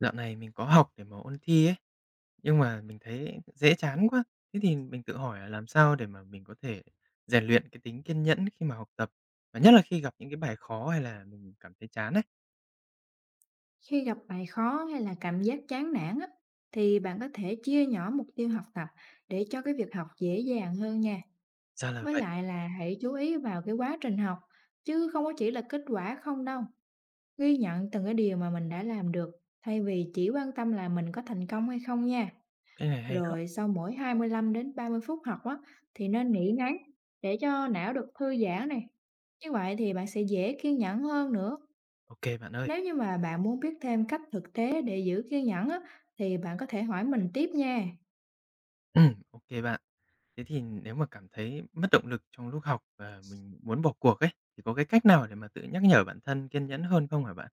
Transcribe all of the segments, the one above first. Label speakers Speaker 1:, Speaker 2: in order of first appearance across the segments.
Speaker 1: Dạo này mình có học để mà ôn thi ấy, nhưng mà mình thấy dễ chán quá. Thế thì mình tự hỏi là làm sao để mà mình có thể rèn luyện cái tính kiên nhẫn khi mà học tập, và nhất là khi gặp những cái bài khó hay là mình cảm thấy chán ấy.
Speaker 2: Khi gặp bài khó hay là cảm giác chán nản á, thì bạn có thể chia nhỏ mục tiêu học tập để cho cái việc học dễ dàng hơn nha.
Speaker 1: Ra là
Speaker 2: Với
Speaker 1: vậy,
Speaker 2: lại là hãy chú ý vào cái quá trình học, chứ không có chỉ là kết quả không đâu. Ghi nhận từng cái điều mà mình đã làm được, thay vì chỉ quan tâm là mình có thành công hay không nha.
Speaker 1: cái này hay đó.
Speaker 2: Rồi sau mỗi 25 đến 30 phút học á, thì nên nghỉ ngắn để cho não được thư giãn này. Như vậy thì bạn sẽ dễ kiên nhẫn hơn nữa.
Speaker 1: OK bạn ơi.
Speaker 2: Nếu như mà bạn muốn biết thêm cách thực tế để giữ kiên nhẫn á, thì bạn có thể hỏi mình tiếp nha.
Speaker 1: OK bạn. Thế thì nếu mà cảm thấy mất động lực trong lúc học và mình muốn bỏ cuộc ấy, thì có cái cách nào để mà tự nhắc nhở bản thân kiên nhẫn hơn không hả bạn?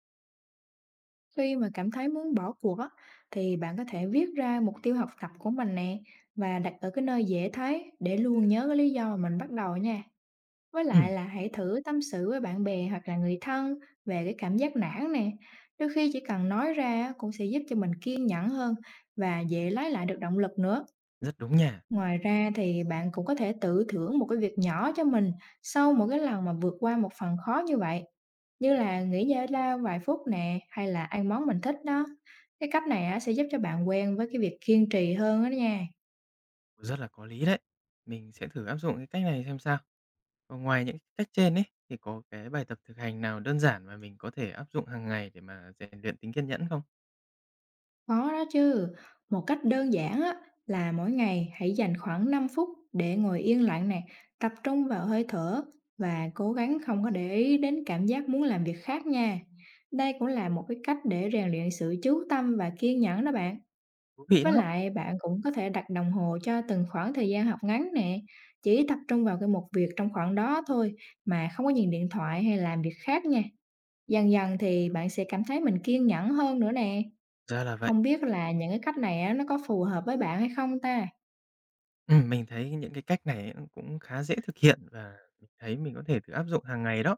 Speaker 2: Khi mà cảm thấy muốn bỏ cuộc á, thì bạn có thể viết ra mục tiêu học tập của mình nè và đặt ở cái nơi dễ thấy để luôn nhớ cái lý do mà mình bắt đầu nha. Với lại
Speaker 1: Ừm,
Speaker 2: là hãy thử tâm sự với bạn bè hoặc là người thân về cái cảm giác nản nè. Đôi khi chỉ cần nói ra á, cũng sẽ giúp cho mình kiên nhẫn hơn và dễ lấy lại được động lực nữa.
Speaker 1: rất đúng nha.
Speaker 2: Ngoài ra thì bạn cũng có thể tự thưởng một cái việc nhỏ cho mình sau một cái lần mà vượt qua một phần khó như vậy, như là nghỉ giải lao vài phút nè, hay là ăn món mình thích đó. Cái cách này á, sẽ giúp cho bạn quen với cái việc kiên trì hơn đó nha.
Speaker 1: Rất là có lý đấy. Mình sẽ thử áp dụng cái cách này xem sao. Còn ngoài những cách trên ấy thì có cái bài tập thực hành nào đơn giản mà mình có thể áp dụng hàng ngày để mà rèn luyện tính kiên nhẫn không?
Speaker 2: Khó đó chứ. Một cách đơn giản á, là mỗi ngày hãy dành khoảng 5 phút để ngồi yên lặng nè, tập trung vào hơi thở và cố gắng không có để ý đến cảm giác muốn làm việc khác nha. Đây cũng là một cái cách để rèn luyện sự chú tâm và kiên nhẫn đó bạn.
Speaker 1: Thú vị
Speaker 2: Với
Speaker 1: đó.
Speaker 2: lại bạn cũng có thể đặt đồng hồ cho từng khoảng thời gian học ngắn nè, chỉ tập trung vào cái một việc trong khoảng đó thôi mà không có nhìn điện thoại hay làm việc khác nha. Dần dần thì bạn sẽ cảm thấy mình kiên nhẫn hơn nữa nè.
Speaker 1: Ra là vậy.
Speaker 2: Không biết là những cái cách này á, nó có phù hợp với bạn hay không ta?
Speaker 1: Mình thấy những cái cách này ấy cũng khá dễ thực hiện và mình thấy mình có thể thử áp dụng hàng ngày đó.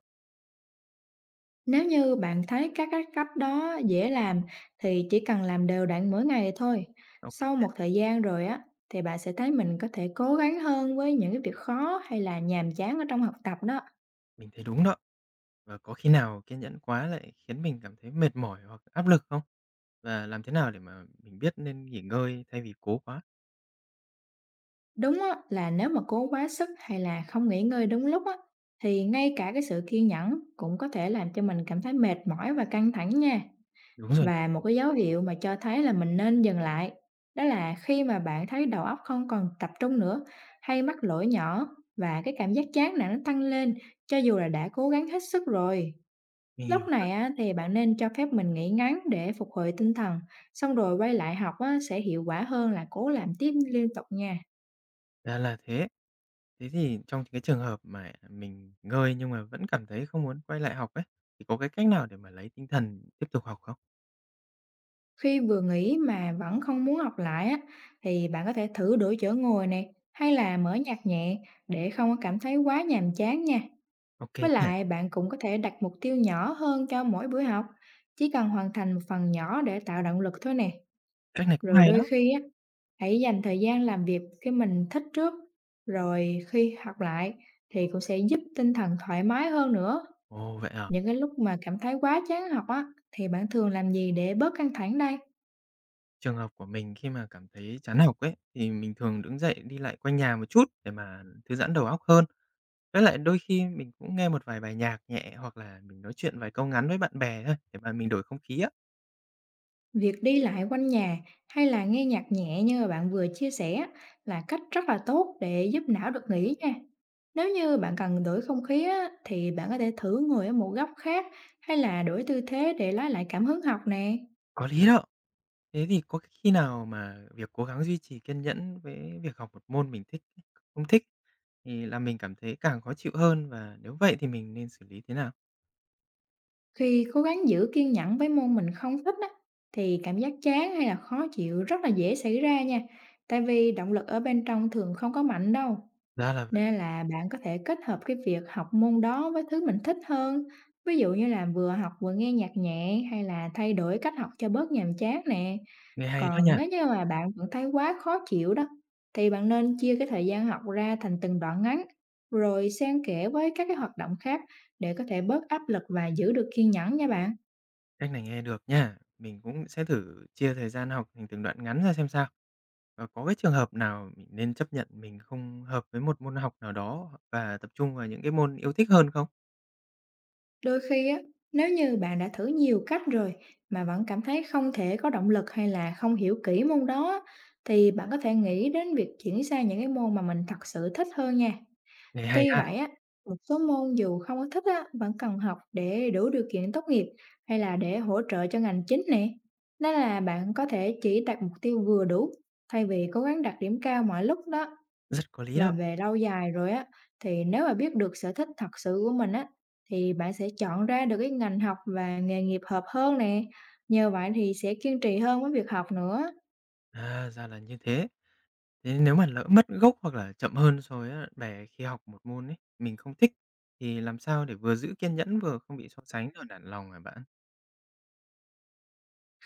Speaker 2: Nếu như bạn thấy các cái cách đó dễ làm thì chỉ cần làm đều đặn mỗi ngày thôi.
Speaker 1: Ô
Speaker 2: Sau
Speaker 1: nha,
Speaker 2: một thời gian rồi á, thì bạn sẽ thấy mình có thể cố gắng hơn với những cái việc khó hay là nhàm chán ở trong học tập đó.
Speaker 1: mình thấy đúng đó. Và có khi nào kiên nhẫn quá lại khiến mình cảm thấy mệt mỏi hoặc áp lực không? Và làm thế nào để mà mình biết nên nghỉ ngơi thay vì cố quá?
Speaker 2: Đúng á, là nếu mà cố quá sức hay là không nghỉ ngơi đúng lúc á, thì ngay cả cái sự kiên nhẫn cũng có thể làm cho mình cảm thấy mệt mỏi và căng thẳng nha.
Speaker 1: Đúng rồi,
Speaker 2: Và một cái dấu hiệu mà cho thấy là mình nên dừng lại, đó là khi mà bạn thấy đầu óc không còn tập trung nữa, hay mắc lỗi nhỏ và cái cảm giác chán nản nó tăng lên cho dù là đã cố gắng hết sức rồi.
Speaker 1: mình hiểu.
Speaker 2: Lúc này á, thì bạn nên cho phép mình nghỉ ngắn để phục hồi tinh thần, xong rồi quay lại học á, sẽ hiệu quả hơn là cố làm tiếp liên tục nha.
Speaker 1: Ra là thế. Thế thì trong cái trường hợp mà mình ngơi nhưng mà vẫn cảm thấy không muốn quay lại học ấy, thì có cái cách nào để mà lấy tinh thần tiếp tục học không?
Speaker 2: Khi vừa nghỉ mà vẫn không muốn học lại á, thì bạn có thể thử đổi chỗ ngồi này hay là mở nhạc nhẹ để không có cảm thấy quá nhàm chán nha.
Speaker 1: Ok,
Speaker 2: Với
Speaker 1: nha,
Speaker 2: lại bạn cũng có thể đặt mục tiêu nhỏ hơn cho mỗi buổi học, chỉ cần hoàn thành một phần nhỏ để tạo động lực thôi nè.
Speaker 1: cách này cũng
Speaker 2: Rồi
Speaker 1: hay
Speaker 2: đôi
Speaker 1: đó.
Speaker 2: khi á, hãy dành thời gian làm việc cái mình thích trước, rồi khi học lại thì cũng sẽ giúp tinh thần thoải mái hơn nữa.
Speaker 1: Ồ, vậy à?
Speaker 2: Những cái lúc mà cảm thấy quá chán học á, thì bạn thường làm gì để bớt căng thẳng đây?
Speaker 1: Trường hợp của mình khi mà cảm thấy chán học ấy, thì mình thường đứng dậy đi lại quanh nhà một chút để mà thư giãn đầu óc hơn. Với lại đôi khi mình cũng nghe một vài bài nhạc nhẹ hoặc là mình nói chuyện vài câu ngắn với bạn bè thôi để mà mình đổi không khí á.
Speaker 2: Việc đi lại quanh nhà hay là nghe nhạc nhẹ như mà bạn vừa chia sẻ là cách rất là tốt để giúp não được nghỉ nha. Nếu như bạn cần đổi không khí á, thì bạn có thể thử ngồi ở một góc khác hay là đổi tư thế để lấy lại cảm hứng học nè.
Speaker 1: Có lý đó. Thế thì có khi nào mà việc cố gắng duy trì kiên nhẫn với việc học một môn mình thích không thích thì làm mình cảm thấy càng khó chịu hơn và nếu vậy thì mình nên xử lý thế nào?
Speaker 2: Khi cố gắng giữ kiên nhẫn với môn mình không thích á, thì cảm giác chán hay là khó chịu rất là dễ xảy ra nha. Tại vì động lực ở bên trong thường không có mạnh đâu.
Speaker 1: Ra là vậy,
Speaker 2: Nên là bạn có thể kết hợp cái việc học môn đó với thứ mình thích hơn, ví dụ như là vừa học vừa nghe nhạc nhẹ hay là thay đổi cách học cho bớt nhàm chán nè.
Speaker 1: nghe hay đó
Speaker 2: Còn
Speaker 1: nha,
Speaker 2: nếu như mà bạn vẫn thấy quá khó chịu đó, thì bạn nên chia cái thời gian học ra thành từng đoạn ngắn, rồi xen kẽ với các cái hoạt động khác để có thể bớt áp lực và giữ được kiên nhẫn nha bạn.
Speaker 1: cách này nghe được nha. Mình cũng sẽ thử chia thời gian học thành từng đoạn ngắn ra xem sao. Và có cái trường hợp nào mình nên chấp nhận mình không hợp với một môn học nào đó và tập trung vào những cái môn yêu thích hơn không?
Speaker 2: Đôi khi á, nếu như bạn đã thử nhiều cách rồi mà vẫn cảm thấy không thể có động lực hay là không hiểu kỹ môn đó á, thì bạn có thể nghĩ đến việc chuyển sang những cái môn mà mình thật sự thích hơn nha.
Speaker 1: Nghe hay
Speaker 2: Tuy
Speaker 1: ha,
Speaker 2: vậy á, một số môn dù không có thích á, vẫn cần học để đủ điều kiện tốt nghiệp hay là để hỗ trợ cho ngành chính nè. Nên là bạn có thể chỉ đặt mục tiêu vừa đủ thay vì cố gắng đạt điểm cao mọi lúc đó.
Speaker 1: rất có lý
Speaker 2: Và
Speaker 1: đó.
Speaker 2: về lâu dài rồi á, thì nếu mà biết được sở thích thật sự của mình á, thì bạn sẽ chọn ra được cái ngành học và nghề nghiệp hợp hơn nè. Nhờ vậy thì sẽ kiên trì hơn với việc học nữa.
Speaker 1: À, ra là như thế. Thế nếu mà lỡ mất gốc hoặc là chậm hơn so với bạn bè khi học một môn ấy, mình không thích, thì làm sao để vừa giữ kiên nhẫn vừa không bị so sánh rồi nản lòng hả bạn?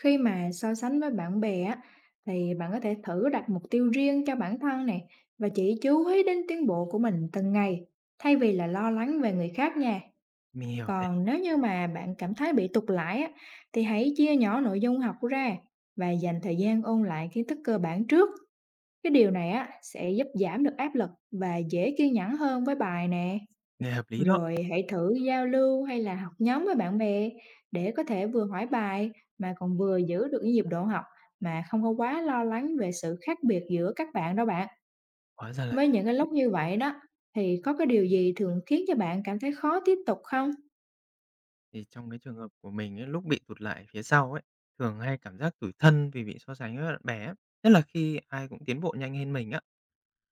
Speaker 2: Khi mà so sánh với bạn bè á, thì bạn có thể thử đặt mục tiêu riêng cho bản thân nè và chỉ chú ý đến tiến bộ của mình từng ngày thay vì là lo lắng về người khác nha.
Speaker 1: Mình hiểu này,
Speaker 2: Còn nếu như mà bạn cảm thấy bị tụt lại á, thì hãy chia nhỏ nội dung học ra và dành thời gian ôn lại kiến thức cơ bản trước. Cái điều này á, sẽ giúp giảm được áp lực và dễ kiên nhẫn hơn với bài nè.
Speaker 1: nghe hợp lý đó,
Speaker 2: Rồi hãy thử giao lưu hay là học nhóm với bạn bè để có thể vừa hỏi bài mà còn vừa giữ được cái nhịp độ học mà không có quá lo lắng về sự khác biệt giữa các bạn đó bạn.
Speaker 1: hóa ra là.
Speaker 2: Với những cái lúc như vậy đó, thì có cái điều gì thường khiến cho bạn cảm thấy khó tiếp tục không?
Speaker 1: Thì trong cái trường hợp của mình ấy, lúc bị tụt lại phía sau ấy, thường hay cảm giác tủi thân vì bị so sánh với bạn bè á, nhất là khi ai cũng tiến bộ nhanh hơn mình á.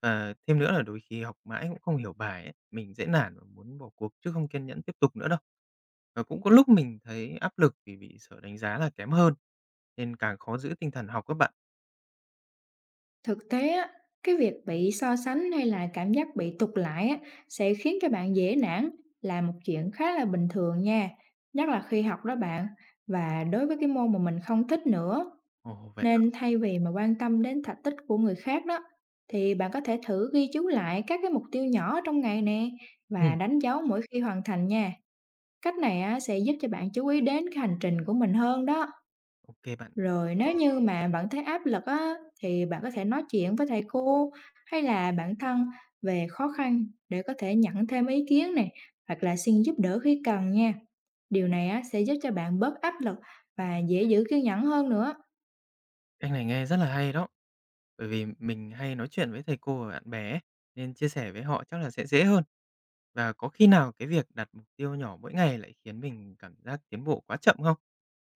Speaker 1: Và thêm nữa là đôi khi học mãi cũng không hiểu bài ấy, mình dễ nản và muốn bỏ cuộc chứ không kiên nhẫn tiếp tục nữa đâu. Và cũng có lúc mình thấy áp lực vì bị sợ đánh giá là kém hơn, nên càng khó giữ tinh thần học các bạn.
Speaker 2: Thực tế á, cái việc bị so sánh hay là cảm giác bị tụt lại á, sẽ khiến cho bạn dễ nản là một chuyện khá là bình thường nha. Nhất là khi học đó bạn, và đối với cái môn mà mình không thích nữa.
Speaker 1: Ồ, vậy à?
Speaker 2: Nên thay vì mà quan tâm đến thành tích của người khác đó, thì bạn có thể thử ghi chú lại các cái mục tiêu nhỏ trong ngày nè và
Speaker 1: Ừm,
Speaker 2: đánh dấu mỗi khi hoàn thành nha. Cách này á, sẽ giúp cho bạn chú ý đến cái hành trình của mình hơn đó.
Speaker 1: ô bạn.
Speaker 2: Rồi nếu như mà bạn thấy áp lực á, thì bạn có thể nói chuyện với thầy cô hay là bản thân về khó khăn để có thể nhận thêm ý kiến này hoặc là xin giúp đỡ khi cần nha. Điều này á, sẽ giúp cho bạn bớt áp lực và dễ giữ kiên nhẫn hơn nữa.
Speaker 1: Cách này nghe rất là hay đó. Bởi vì mình hay nói chuyện với thầy cô và bạn bè ấy, nên chia sẻ với họ chắc là sẽ dễ hơn. Và có khi nào cái việc đặt mục tiêu nhỏ mỗi ngày lại khiến mình cảm giác tiến bộ quá chậm không?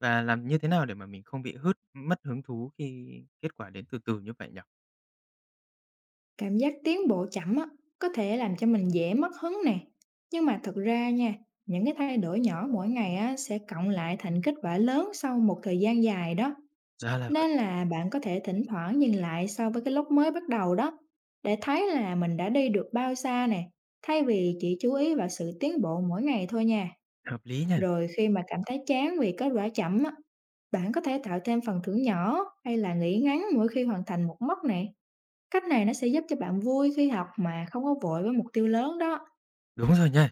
Speaker 1: Và làm như thế nào để mà mình không bị hứt mất hứng thú khi kết quả đến từ từ như vậy nhỉ?
Speaker 2: Cảm giác tiến bộ chậm á, có thể làm cho mình dễ mất hứng nè. Nhưng mà thực ra nha, những cái thay đổi nhỏ mỗi ngày á, sẽ cộng lại thành kết quả lớn sau một thời gian dài đó.
Speaker 1: Ra là vậy.
Speaker 2: Nên là bạn có thể thỉnh thoảng nhìn lại so với cái lúc mới bắt đầu đó, để thấy là mình đã đi được bao xa nè, thay vì chỉ chú ý vào sự tiến bộ mỗi ngày thôi nha.
Speaker 1: Hợp lý nha.
Speaker 2: Rồi khi mà cảm thấy chán vì kết quả chậm á, bạn có thể tạo thêm phần thưởng nhỏ hay là nghỉ ngắn mỗi khi hoàn thành một mốc nè. Cách này nó sẽ giúp cho bạn vui khi học mà không có vội với mục tiêu lớn đó.
Speaker 1: Đúng rồi nha.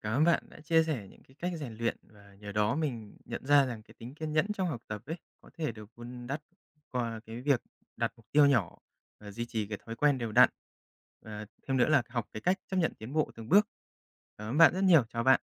Speaker 1: Cảm ơn bạn đã chia sẻ những cái cách rèn luyện và nhờ đó mình nhận ra rằng cái tính kiên nhẫn trong học tập ấy có thể được vun đắp qua cái việc đặt mục tiêu nhỏ và duy trì cái thói quen đều đặn. Và thêm nữa là học cái cách chấp nhận tiến bộ từng bước. Cảm ơn bạn rất nhiều. Chào bạn.